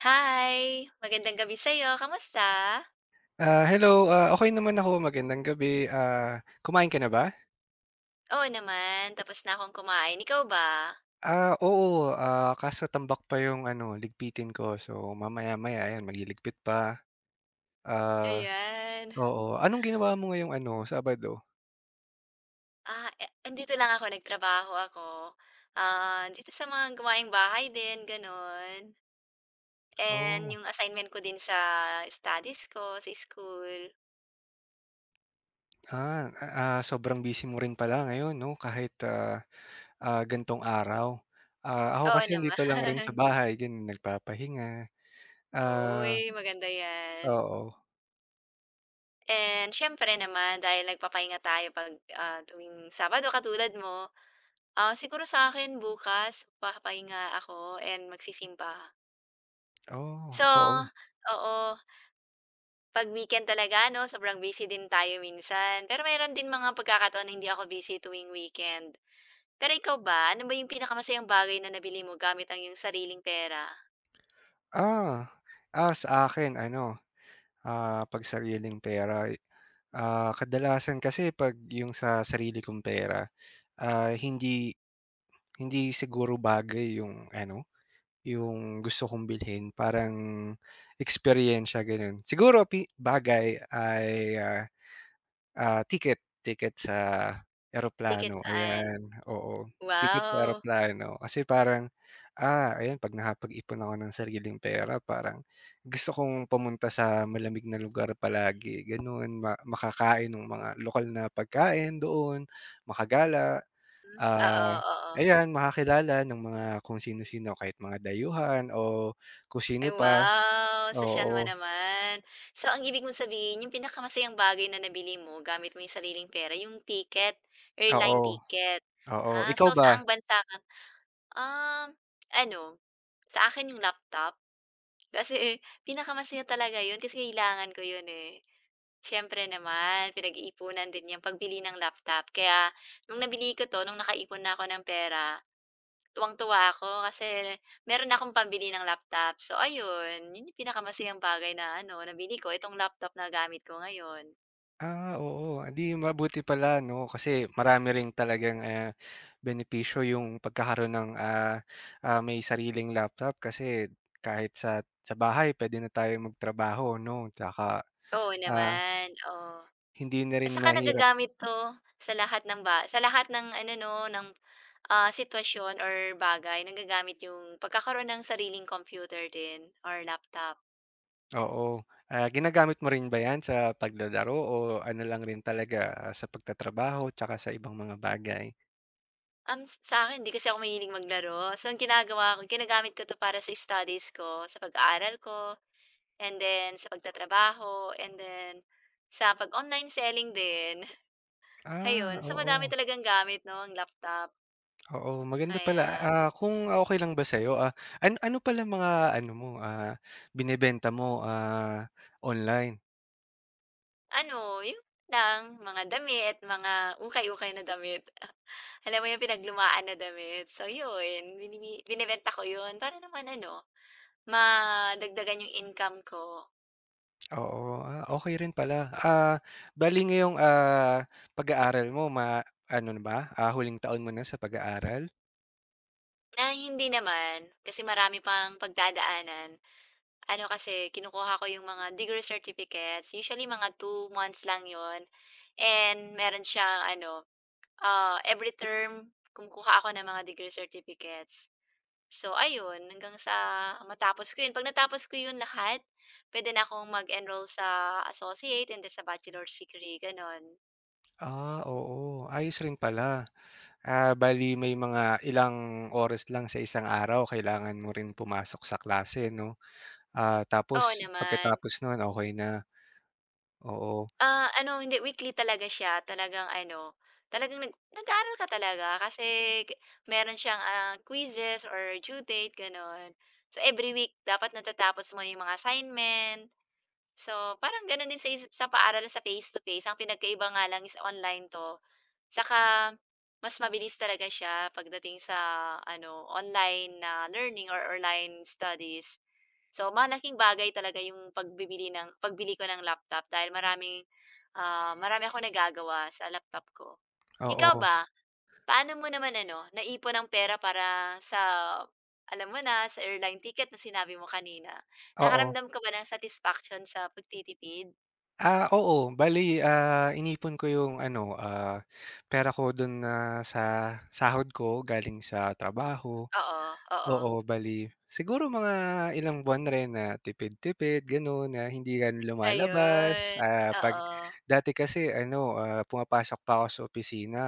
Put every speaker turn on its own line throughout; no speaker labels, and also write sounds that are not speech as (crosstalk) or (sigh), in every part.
Hi! Magandang gabi sa'yo, kamusta?
Ah, hello, okey naman ako, magandang gabi. Ah, kumain ka na ba?
Oo naman, tapos na akong kumain, ikaw ba?
Ah, oo, kaso tambak pa yung ano, ligpitin ko. So, mamaya-maya ayan magliligpit pa. Ah,
Ayan.
oo. Anong ginawa mo ngayong ano, Sabado?
Andito lang ako, nagtrabaho ako. Dito sa mga gawaing bahay din, gano'n. And
Oh,
yung assignment ko din sa studies ko, sa school.
ah, sobrang busy mo rin pala ngayon 'no, kahit, ganitong araw. Ah, ako
Oo
kasi
naman.
nandito lang rin sa
(laughs)
bahay ganun, nagpapahinga.
Uy,
Ah,
maganda 'yan.
oo.
And siyempre naman dahil nagpapahinga tayo 'pag, tuwing Sabado katulad mo. Ah, siguro sa akin bukas papahinga ako and magsisimba.
Oh,
So,
oo.
oo, 'pag weekend talaga 'no, sobrang busy din tayo minsan. Pero mayroon din mga pagkakataon na hindi ako busy tuwing weekend. Pero ikaw ba, ano ba yung pinakamasayang bagay na nabili mo gamit ang iyong sariling pera?
Ah, sa akin ano. 'Pag sariling pera, kadalasan kasi 'pag yung sa sarili kong pera, hindi hindi siguro bagay yung ano, yung gusto kong bilhin parang experience eksperyensya gano'n. Siguro pi bagay ay, ticket sa
Ticket
eroplano,
saan?
ayan, oo. Ticket sa
Wow!
eroplano kasi parang, ayan 'pag nakapag-ipon ako ng sariling pera parang gusto kong pumunta sa malamig na lugar palagi gano'n, makakain ng mga lokal na pagkain doon, makagala,
Hmm,
ah,
oo, oo.
ayan makakilala ng mga kung sino-sino kahit mga dayuhan o kung
Ay
sino pa,
wow, sosyal mo
oo,
naman. So ang ibig mong sabihin yung pinakamasayang bagay na nabili mo gamit mo yung sariling pera yung ticket, airline
oo,
ticket.
oo.
Ha,
Ikaw
so
ba?
saang bansa ka? Um, Ano, sa akin yung laptop. Kasi pinakamasaya talaga yun kasi kailangan ko yun, eh. Siyempre naman, pinag-iipunan din yung pagbili ng laptop kaya nung nabili ko 'to, nung nakaipon na ako ng pera, tuwang-tuwa ako kasi meron akong pambili ng laptop. So ayun, yun yung pinakamasayang bagay na ano, nabili ko, itong laptop na gamit ko ngayon.
Ah, oo. Ah, 'di mabuti pala 'no, kasi marami rin talagang, benepisyo yung pagkakaroon ng, may sariling laptop kasi kahit sa bahay puwede na tayong magtrabaho 'no, tsaka,
Oo
ah,
naman, oo.
hindi na
At
rin
saka
mahirap.
nagagamit 'to sa lahat ng ba sa lahat ng ano 'no, ng, sitwasyon or bagay nagagamit yung pagkakaroon ng sariling computer din or laptop.
Oo. Ah, ginagamit mo rin ba 'yan sa paglalaro o ano lang rin talaga, sa pagtatrabaho tsaka sa ibang mga bagay?
S sa'kin hindi kasi ako mahilig maglaro. So, ang ginagawa ko ginagamit ko 'to para sa studies ko, sa pag-aaral ko, and then sa pagtatrabaho, and then sa pag-online selling din, (laughs)
Ah,
ayun. So, madami
oo.
talagang gamit 'no, ang laptop.
Oo, maganda pala.
Kaya
Ah, kung okey lang ba sa'yo, ano ano pala mga ano mo, binebenta mo, online?
ano, yun lang, mga damit, mga ukay-ukay na damit. (laughs) Alam mo yung pinaglumaan na damit. So, yun, binimi ko yun para naman ano, madagdagan yung income ko.
Oo, okay rin pala. Ah, bale ngayong, pag-aaral mo ano na ba, huling taon mo na sa pag-aaral?
Ay, hindi naman, kasi marami pang pagdadaanan. Ano kasi, kinukuha ko yung mga degree certificates, usually mga 2 months lang yon and meron siyang ano, every term kumukuha ako ng mga degree certificates. So ayun, hanggang sa matapos ko 'yun. 'Pag natapos ko 'yun lahat, puwede na akong mag-enroll sa associate and then sa bachelor's degree, gano'n.
Ah, oo, ayos rin pala. Ah, bali may mga ilang oras lang sa isang araw kailangan mo rin pumasok sa klase 'no? Ah, tapos
Oo naman.
pagkatapos nun okay na, oo.
Ah, ano hindi weekly talaga siya talagang ano, talagang nag-aaral ka talaga kasi k- meron siyang, quizzes or due date gano'n. So, every week dapat natatapos mo yung mga assignment. So, parang gano'n din sa is sa paaralan sa face to face ang pinagkaiba nga lang is online 'to. Saka mas mabilis talaga siya pagdating sa ano, online na learning or online studies. So, malaking bagay talaga yung pagbibili ng pagbili ko ng laptop dahil maraming, marami ako nagagawa sa laptop ko. Ikaw
Oo,
ba, paano mo naman ano, naipon ang pera para sa alam mo na, sa airline ticket na sinabi mo kanina.
oo.
Nakaramdam ka ba ng satisfaction sa pagtitipid?
Ah, oo. Bali inipon ko yung ano, pera ko dun na sa sahod ko galing sa
Mhm.
trabaho.
Oo, oo.
Oo, bali siguro mga ilang buwan rin na tipid-tipid gano'n, na hindi ka lumalabas.
Ayun,
Ah, 'pag
oo.
dati kasi ano, pumapasok pa ako sa opisina,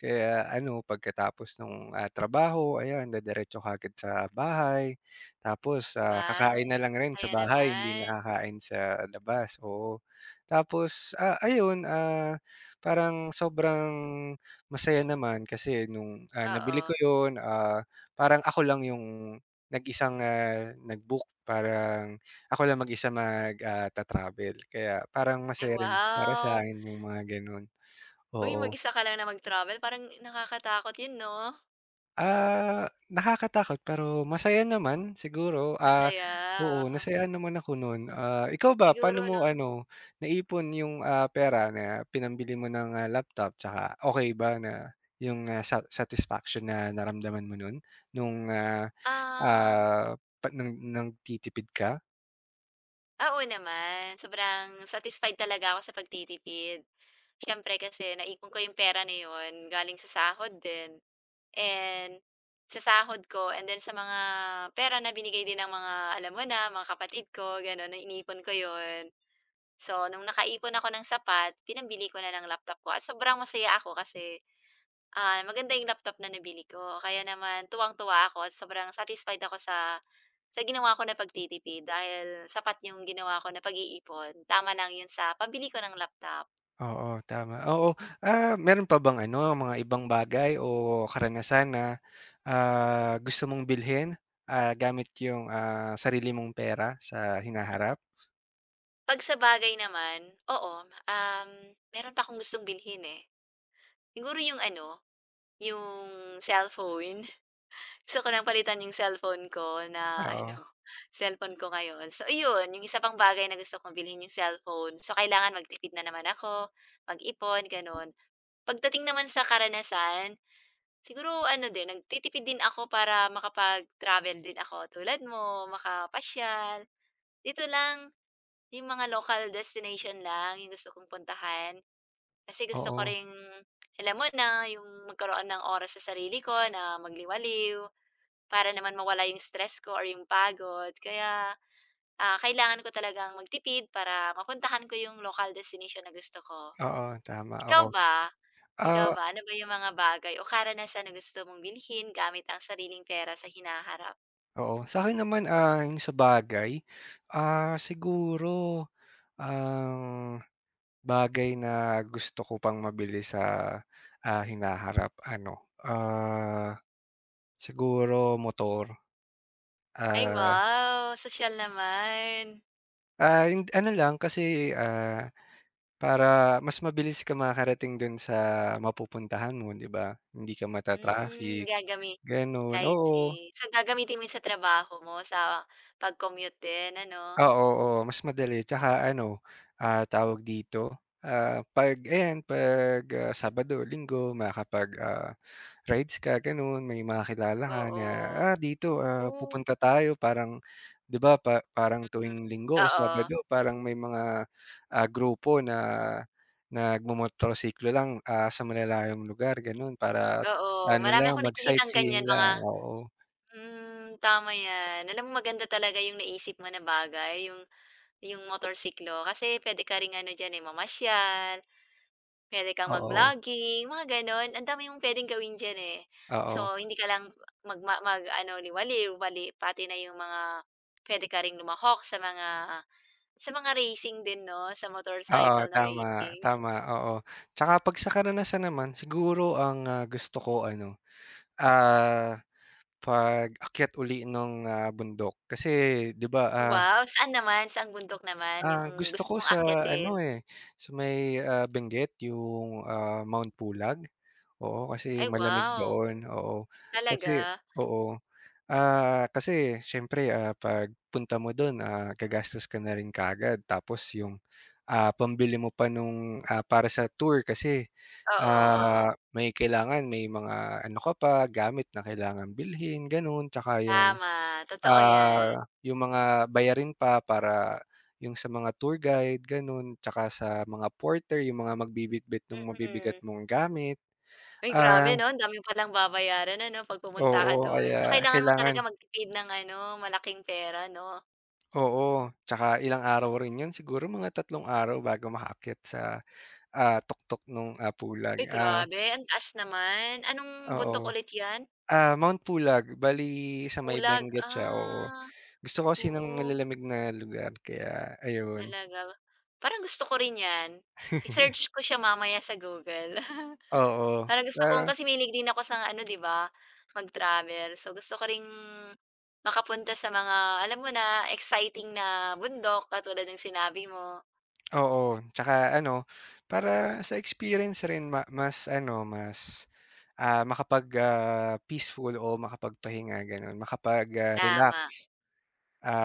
kaya ano pagkatapos nung, trabaho ayan didiretso kaagad sa bahay. Tapos,
Wow,
kakain na lang rin sa
ayan
bahay, hindi
naman.
nakakain sa labas, oo. Tapos, ayun, parang sobrang masaya naman kasi nung, nabili ko
Oo.
'yun. Parang ako lang yung nag-isang, nag-book, parang ako lang mag-isa mag, ta-travel kaya parang
Ay
masaya rin para
wow!
sa'kin yung mga gano'n,
Uy,
oo.
mag-isa ka lang na mag-travel parang nakakatakot yun 'no?
Ah, nakakatakot pero masaya naman siguro,
Masaya,
oo
oo.
nasayaan naman ako no'n. Ah, ikaw ba paano
Siguro
mo
'no,
ano, naipon yung, pera na pinambili mo ng, laptop tsaka okey ba na yung, sa satisfaction na naramdaman mo no'n nung,
um,
Pa nang nagtitipid ka?
oo naman, sobrang satisfied talaga ako sa pagtitipid. Siyempre kasi naipon ko yung pera na yun galing sa sahod din and sa sahod ko and then sa mga pera na binigay din ng mga alam mo na, mga kapatid ko gano'n, na inipon ko yon. So, nung nakaipon ako ng sapat, pinambili ko na ng laptop ko at sobrang masaya ako kasi, maganda yung laptop na nabili ko. Kaya naman tuwang-tuwa ako at sobrang satisfied ako sa ginawa ko na pagtitipid dahil sapat yung ginawa ko na pag-iipon. Tama lang yun sa pabili ko ng laptop.
Oo, tama. Oo, meron pa bang ano, mga ibang bagay o karanasan na, gusto mong bilhin, gamit yung, sarili mong pera sa hinaharap?
'Pag sa bagay naman, oo, meron pa akong gustong bilhin, eh. Siguro yung ano, yung cellphone. Gusto ko nang palitan yung cellphone ko na ano,
Oo,
(laughs) cellphone ko ngayon. So iyon, yung isa pang bagay na gusto kong bilhin yung cellphone. So kailangan magtipid na naman ako, mag-ipon, gano'n. Pagdating naman sa karanasan, siguro ano din, nagtitipid din ako para makapag-travel din ako tulad mo, makapasyal. Dito lang, yung mga local destination lang yung gusto kong puntahan. Kasi gusto ko
oo,
ring alam mo na, yung magkaroon ng oras sa sarili ko na magliwaliw. Para naman mawala yung stress ko or yung pagod kaya, kailangan ko talagang magtipid para mapuntahan ko yung local destination na gusto ko.
oo, tama,
Ikaw
oo.
ba? Ikaw
Ah,
ba, ano ba yung mga bagay o karanasan na gusto mong bilhin gamit ang sariling pera sa hinaharap?
oo, sa'kin naman, yung sa bagay, siguro ang bagay na gusto ko pang mabili sa, hinaharap ano, siguro motor,
Ay
ah,
wow, social naman.
ano lang kasi, ah, para mas mabilis ka makakarating dun sa mapupuntahan mo, 'di ba? Hindi ka
Hmm,
mata-traffic,
gagami
gano'n,
I see.
oo.
So, gagamitin mo yun sa trabaho mo, sa pag-commute din ano?
Oo, oo, mas madali tsaka ano, tawag dito, 'pag ayan Sabado, Linggo makakapag, rides ka gano'n, may mga ka na,
Oo,
"Ah, dito,
oo,
pupunta tayo." Parang 'di ba pa parang
hmm.
tuwing Linggo o
Oo,
Sabado parang may mga, grupo na nagmomotorsiklo lang, sa malalayong lugar gano'n para
oo.
ano
Marami
lang
akong nakikitang
mag-sightseeing
ganyan mga
lang, oo,
hmm, tama 'yan. Alam mo maganda talaga yung naisip mo na bagay, yung motorsiklo. Kasi pwede ka ring ano diyan, eh, mamasyal, pwede kang
oo,
mag-vlogging, mga gano'n. Ang dami mong puwedeng gawin diyan, eh. So,
oo.
hindi ka lang mag-ano, liwaliw, bali pati na yung mga pwede ka ring lumahok sa mga racing din 'no, sa
Oo,
motorcycle na
tama,
racing.
tama, oo. Tsaka 'pag sa karanasan naman siguro ang, gusto ko ano, ah, pag-akyat uli nung, bundok. Kasi 'di ba,
Wow, saan naman, saang bundok naman yung
ang
ang
gusto
gusto
ko
mong
sa
akyatin?
ano, eh, sa may, Benguet yung, Mount Pulag, oo, kasi
Ay
malamig
wow,
doon, oo.
talaga?
Kasi oo, kasi siyempre, 'pag punta mo dun, gagastos ka na rin kaagad tapos yung pambili mo pa nung, para sa tour kasi,
Oo, oo.
ah, may kailangan may mga ano ka pa, gamit na kailangang bilhin gano'n, tsaka yung,
Tama, totoo 'yan,
yung mga bayarin pa para yung sa mga tour guide gano'n, tsaka sa mga porter yung mga magbibitbit nung mabibigat
mm.
mong gamit.
Uy,
Ah,
grabe 'no, ang dami mo palang babayaran ano 'pag pumunta
oo
ka do'n.
kaya
So, kailangan mo
kailangan
talaga magtipid ng ano, malaking pera 'no?
oo, tsaka ilang araw rin 'yun siguro mga 3 araw bago makaakyat sa, tuktok nung, pulag,
Uy,
ah,
grabe ang taas naman. Anong
oo.
bundok ulit 'yan?
Ah, Mount Pulag, bali sa may
Bulag,
Benguet siya, oo.
ah,
Gusto ko kasi ng
oo,
malalamig na lugar kaya ayun.
talaga. Parang gusto ko rin 'yan. I-search ko siya mamaya sa Google. (laughs)
Oo,
Parang gusto kong
parang
kasi mahilig din ako sa ano, 'di ba, mag-travel. So, gusto ko ring makapunta sa mga alam mo na, exciting na bundok katulad ng sinabi mo.
oo, 'tsaka ano, para sa experience rin mas ano, mas, makapag, peaceful o makapagpahinga gano'n, makapag,
Tama,
relax.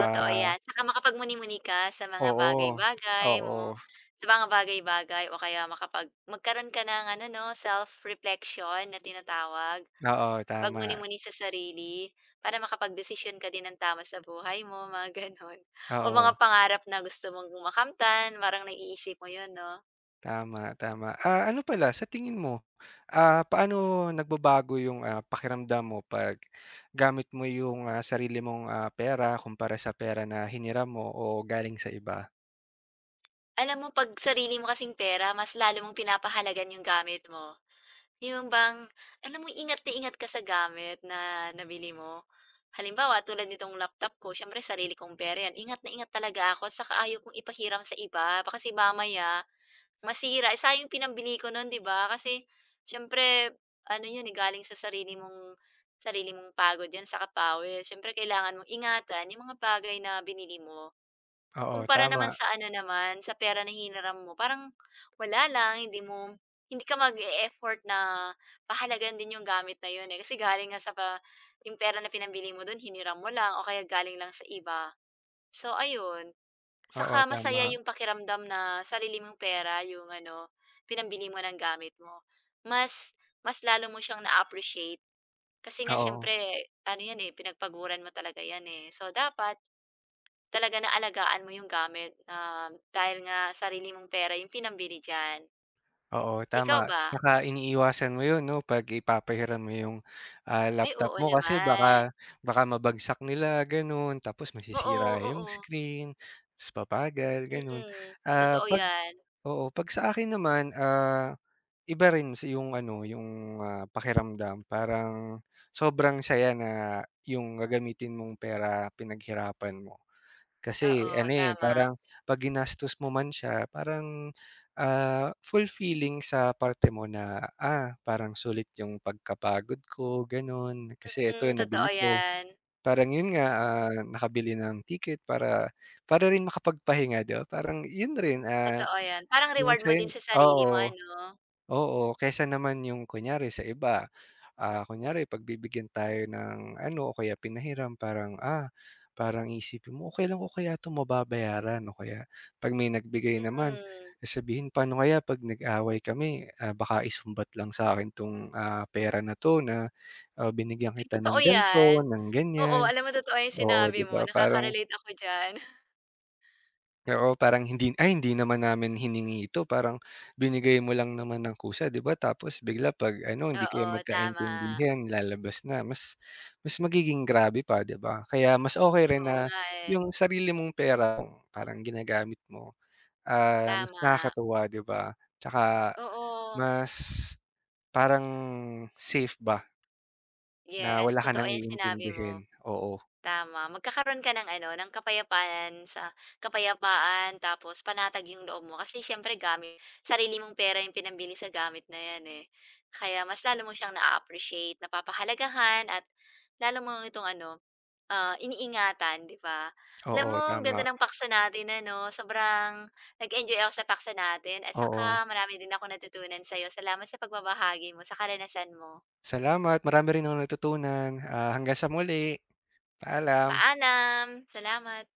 totoo 'yan. Saka makapagmuni-muni ka sa mga
oo,
bagay-bagay mo,
oo,
sa mga bagay-bagay o kaya makapag magkaroon ka ng ano 'no, self-reflection na tinatawag.
oo, tama,
Pagmuni-muni sa sarili, para makapagdesisyon ka din ng tama sa buhay mo, (laughs) mga gano'n. O mga
oo.
pangarap na gusto mong makamtan, parang naiisip mo 'yun 'no?
Tama, tama. Ah, ano pala sa tingin mo, paano nagbabago yung, pakiramdam mo 'pag gamit mo yung, sarili mong, pera kumpara sa pera na hiniram mo o galing sa iba?
Alam mo 'pag sarili mo kasing pera, mas lalo mong pinapahalagan yung gamit mo. Yung bang alam mo ingat na ingat ka sa gamit na nabili mo. Halimbawa, tulad nitong laptop ko, siyempre sarili kong pera 'yan. Ingat na ingat talaga ako, saka ayaw kong ipahiram sa iba, ba kasi mamaya masira, eh, sayang pinambili ko nun, 'di ba? Kasi siyempre ano 'yun, eh, galing sa sarili mong pagod 'yan saka pawis. Siyempre kailangan mong ingatan yung mga bagay na binili mo.
Oo,
Kumpara
tama.
naman sa ano naman, sa pera na hiniram mo, parang wala lang, hindi ka mag-e-effort na pahalagan din yung gamit na 'yun, eh. Kasi galing nga sa pa yung pera na pinambili mo dun hiniram mo lang o kaya galing lang sa iba. So ayun.
Oo,
Saka
tama.
masaya yung pakiramdam na sarili mong pera yung ano, pinambili mo ng gamit mo. Mas Mas lalo mo siyang na-appreciate kasi nga
Oo.
siyempre ano 'yan, eh, pinagpaguran mo talaga 'yan, eh. So, dapat talaga na alagaan mo yung gamit, dahil nga sarili mong pera yung pinambili diyan.
Oo,
Ikaw
tama.
ba?
Tsaka iniiwasan mo 'yun 'no 'pag ipapahiram mo yung,
Ay,
laptop
oo
mo kasi
naman.
baka baka mabagsak nila gano'n, tapos
Oo,
masisira yung
oo.
screen, ta's babagal gano'n.
Mm,
Ah,
totoo
'pag
'yan.
Oo, 'pag sa akin naman, iba rin yung ano, yung, pakiramdam parang sobrang saya na yung gagamitin mong pera pinaghirapan mo.
Oo,
Kasi ano, eh,
tama.
parang 'pag ginastos mo man siya parang, fulfilling sa parte mo na, parang sulit yung pagkapagod ko gano'n, kasi ito
Mm,
nabili
totoo
ko.
'yan.
Parang yun nga, nakabili ng ticket para para rin makapagpahinga 'di ba, parang yun rin,
Totoo 'yan. Parang
yung
reward
sa
mo din sa sarili mo
oo,
ano?
oo, kaysa naman yung kunyari sa iba, kunyari pagbibigyan tayo ng ano o kaya pinahiram parang, parang iisipin mo, "Okey lang ko kaya 'to mababayaran?" O kaya 'pag may nagbigay naman,
Mm.
sasabihin, "Paano kaya 'pag nag-away kami, baka isumbat lang sa'kin 'tong, pera na 'to na, binigyan
Ay
kita
totoo
ng
'yan.
ganito, ng
Oo,
ganyan."
alam mo totoo 'yung
Oo,
sinabi
'di
mo,
ba, parang.
nakaka-relate ako diyan. (laughs)
Oo, parang hindi, "Ay hindi naman namin hiningi ito." Parang binigay mo lang naman ng kusa, 'di ba? Tapos bigla 'pag ano, hindi kayo
Oo, tama.
magkaintindihan, lalabas na. Mas mas magiging grabe pa, 'di ba? Kaya mas okay rin
Oo
na
nga, eh.
yung sarili mong pera parang ginagamit mo, mas
Tama.
nakakatuwa, 'di ba? Tsaka
Oo.
mas parang safe ba na
Yes,
wala ka
totoo
nang
'yang sinabi mo.
iintindihin. Oo.
Tama, magkakaroon ka ng ano, ng kapayapaan sa kapayapaan tapos panatag yung loob mo kasi siyempre gamit sarili mong pera yung pinambili sa gamit na yan, eh. Kaya mas lalo mo siyang naa-appreciate, napapahalagahan at lalo mo itong ano, iniingatan, 'di ba? Alam
Oo,
mo ang
tama.
ganda ng paksa natin ano, sobrang nag-enjoy ako sa paksa natin at
Oo.
saka marami din akong natutunan sa'yo. Salamat sa pagbabahagi mo sa karanasan mo.
Salamat, marami rin akong natutunan. Ah, hanggang sa muli. Paalam.
Paalam, salamat.